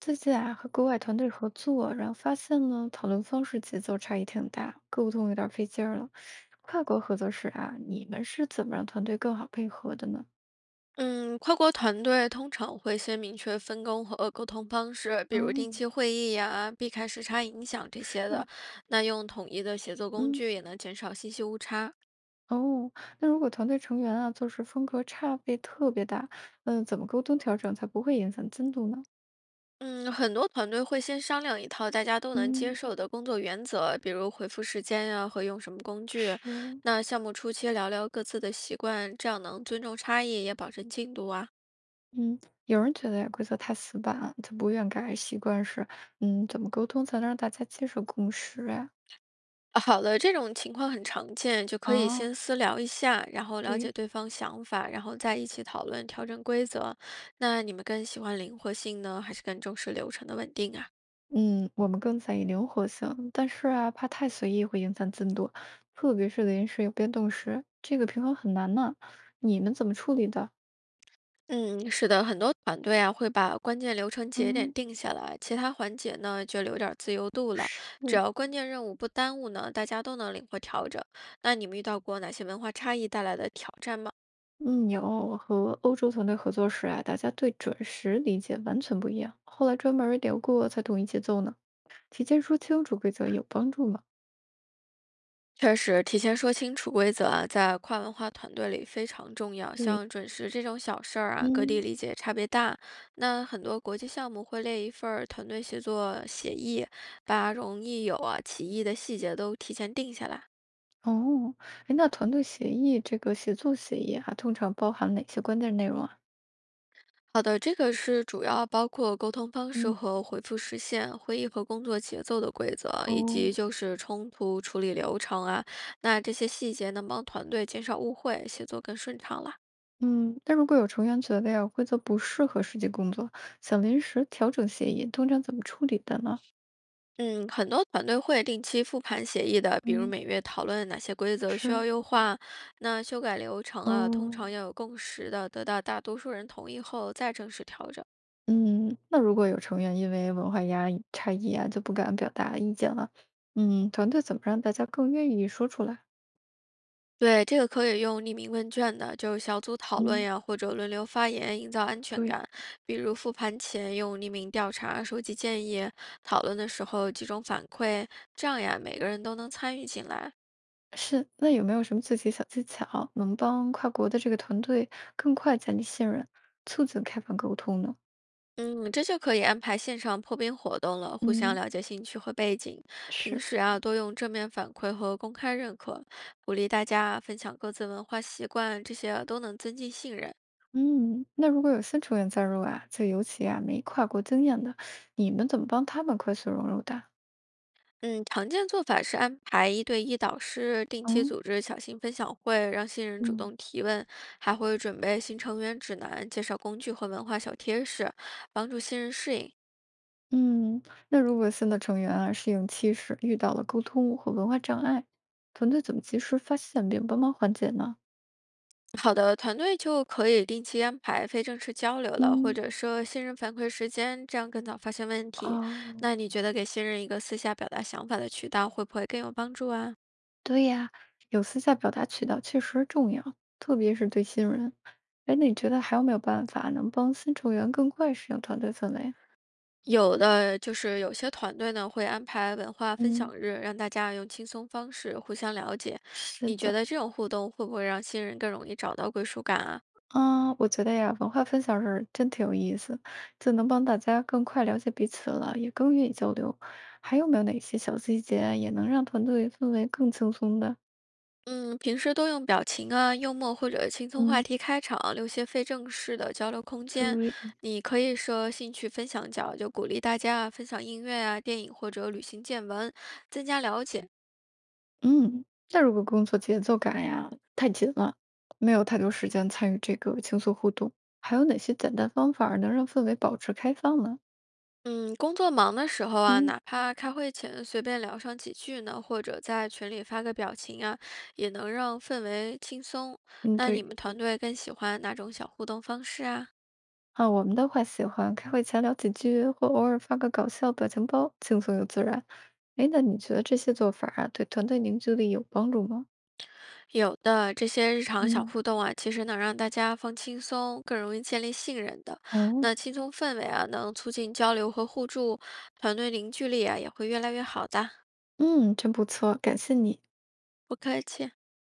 最近啊，和国外团队合作，然后发现呢，讨论方式节奏差异挺大，沟通有点儿费劲儿了。跨国合作时啊，你们是怎么让团队更好配合的呢？嗯，跨国团队通常会先明确分工和沟通方式，比如定哦，期会议呀、避开时差影响这些是，的。那用统一的协作工嗯，具也能减少信息误差。哦，那如果团队成员啊做事风格差别特别大，嗯，怎么沟通调整才不会影响进度呢？嗯，很多团队会先商量一套大家都能嗯，接受的工作原则，比如回复时间呀、和用什么工具。是，那项目初期聊聊各自的习惯，这样能尊重差异，也保证进度啊。嗯，有人觉得呀，规则太死板，他不愿改，习惯是，嗯，怎么沟通才能让大家接受共识啊？好的，这种情况很常见，就可以哦，先私聊一下，然后了对。解对方想法，然后再一起讨论调整规则。那你们更喜欢灵活性呢，还是更重视流程的稳定啊？嗯，我们更在意灵活性，但是啊，怕太随意会影响进度，特别是临时有变动时，这个平衡很难呢。你们怎么处理的？嗯，是的，很多团队啊会把关键流程节点嗯，定下来，其他环节呢就留点儿自由度了。只是，要关键任务不耽误呢，大家都能灵活调整。那你们遇到过哪些文化差异带来的挑战吗？嗯，有，我和欧洲团队合作时啊，大家对准时理解完全不一样，后来专门儿聊过才统一节奏呢。提前说清楚规则有帮助吗？确实，提前说清楚规则啊，在跨文化团队里非常重要。像准时这种小事儿啊，各地嗯，理解差别大。那很多国际项目会列一份儿团队协作协议，把容易有啊歧义的细节都提前定下来。哦，哎，那团队协议这个协作协议啊，通常包含哪些关键内容啊？好的，这个是主要包括沟通方式嗯。和回复时限、会议和工作节奏的规则，以哦，及就是冲突处理流程啊。那这些细节能帮团队减少误会，协作更顺畅了。嗯，那如果有成员觉得呀，规则不适合实际工作，想临时调整协议，通常怎么处理的呢？嗯，很多团队会定期复盘协议的，比如嗯，每月讨论哪些规则需要是，优化，那修改流程啊，通哦，常要有共识的，得到大多数人同意后再正式调整。嗯，那如果有成员因为文化压抑差异啊，就不敢表达意见了，嗯，团队怎么让大家更愿意说出来？对，这个可以用匿名问卷的，就是小组讨论嗯，呀，或者轮流发言，营造安全对。感。比如复盘前用匿名调查收集建议，讨论的时候集中反馈，这样呀，每个人都能参与进来。是，那有没有什么具体小技巧能帮跨国的这个团队更快建立信任，促进开放沟通呢？嗯，这就可以安排线上破冰活动了，互相嗯，了解兴趣和背景。平是。时啊，多用正面反馈和公开认可，鼓励大家啊分享各自文化习惯，这些啊都能增进信任。嗯，那如果有新成员加入啊，就尤其啊没跨国经验的，你们怎么帮他们快速融入的？嗯，常见做法是安排一对一导师，定期嗯组织小型分享会，让新人主嗯。动提问，还会准备新成员指南，介绍工具和文化小贴士，帮助新人适应。嗯，那如果新的成员啊适应期时遇到了沟通或文化障碍，团队怎么及时发现并帮忙缓解呢？好的，团队就可以定期安排非正式交流了，或嗯，者说新人反馈时间，这样更早发现问题。哦，那你觉得给新人一个私下表达想法的渠道，会不会更有帮助啊？对呀，有私下表达渠道确实重要，特别是对新人。哎，那你觉得还有没有办法能帮新成员更快适应团队氛围？有的就是有些团队呢会安排文化分嗯，享日，让大家用轻松方式互相了解。是你觉的。得这种互动会不会让新人更容易找到归属感啊？嗯，我觉得呀，文化分享是真挺有意思，就能帮大家更快了解彼此了，也更愿意交流。还有没有哪些小细节也能让团队氛围更轻松的？嗯，平时多用表情啊、幽默或者轻松话嗯题开场，留些非正式的交流空间。对，你可以设兴趣分享角，就鼓励大家啊分享音乐啊、电影或者旅行见闻，增加了解。嗯，那如果工作节奏感呀太紧了，没有太多时间参与这个轻松互动，还有哪些简单方法儿能让氛围保持开放呢？嗯，工作忙的时候啊，嗯哪怕开会前随便聊上几句呢，或者在群里发个表情啊，也能让氛围轻松。嗯，那你对。们团队更喜欢哪种小互动方式啊？啊，我们的话喜欢开会前聊几句，或偶尔发个搞笑表情包，轻松又自然。哎，那你觉得这些做法儿啊，对团队凝聚力有帮助吗？有的这些日常小嗯，互动啊，其实能让大家放轻松，更容易建立信任的。哦，那轻松氛围啊，能促进交流和互助，团队凝聚力啊也会越来越好的。嗯，真不错，感谢你。不客气。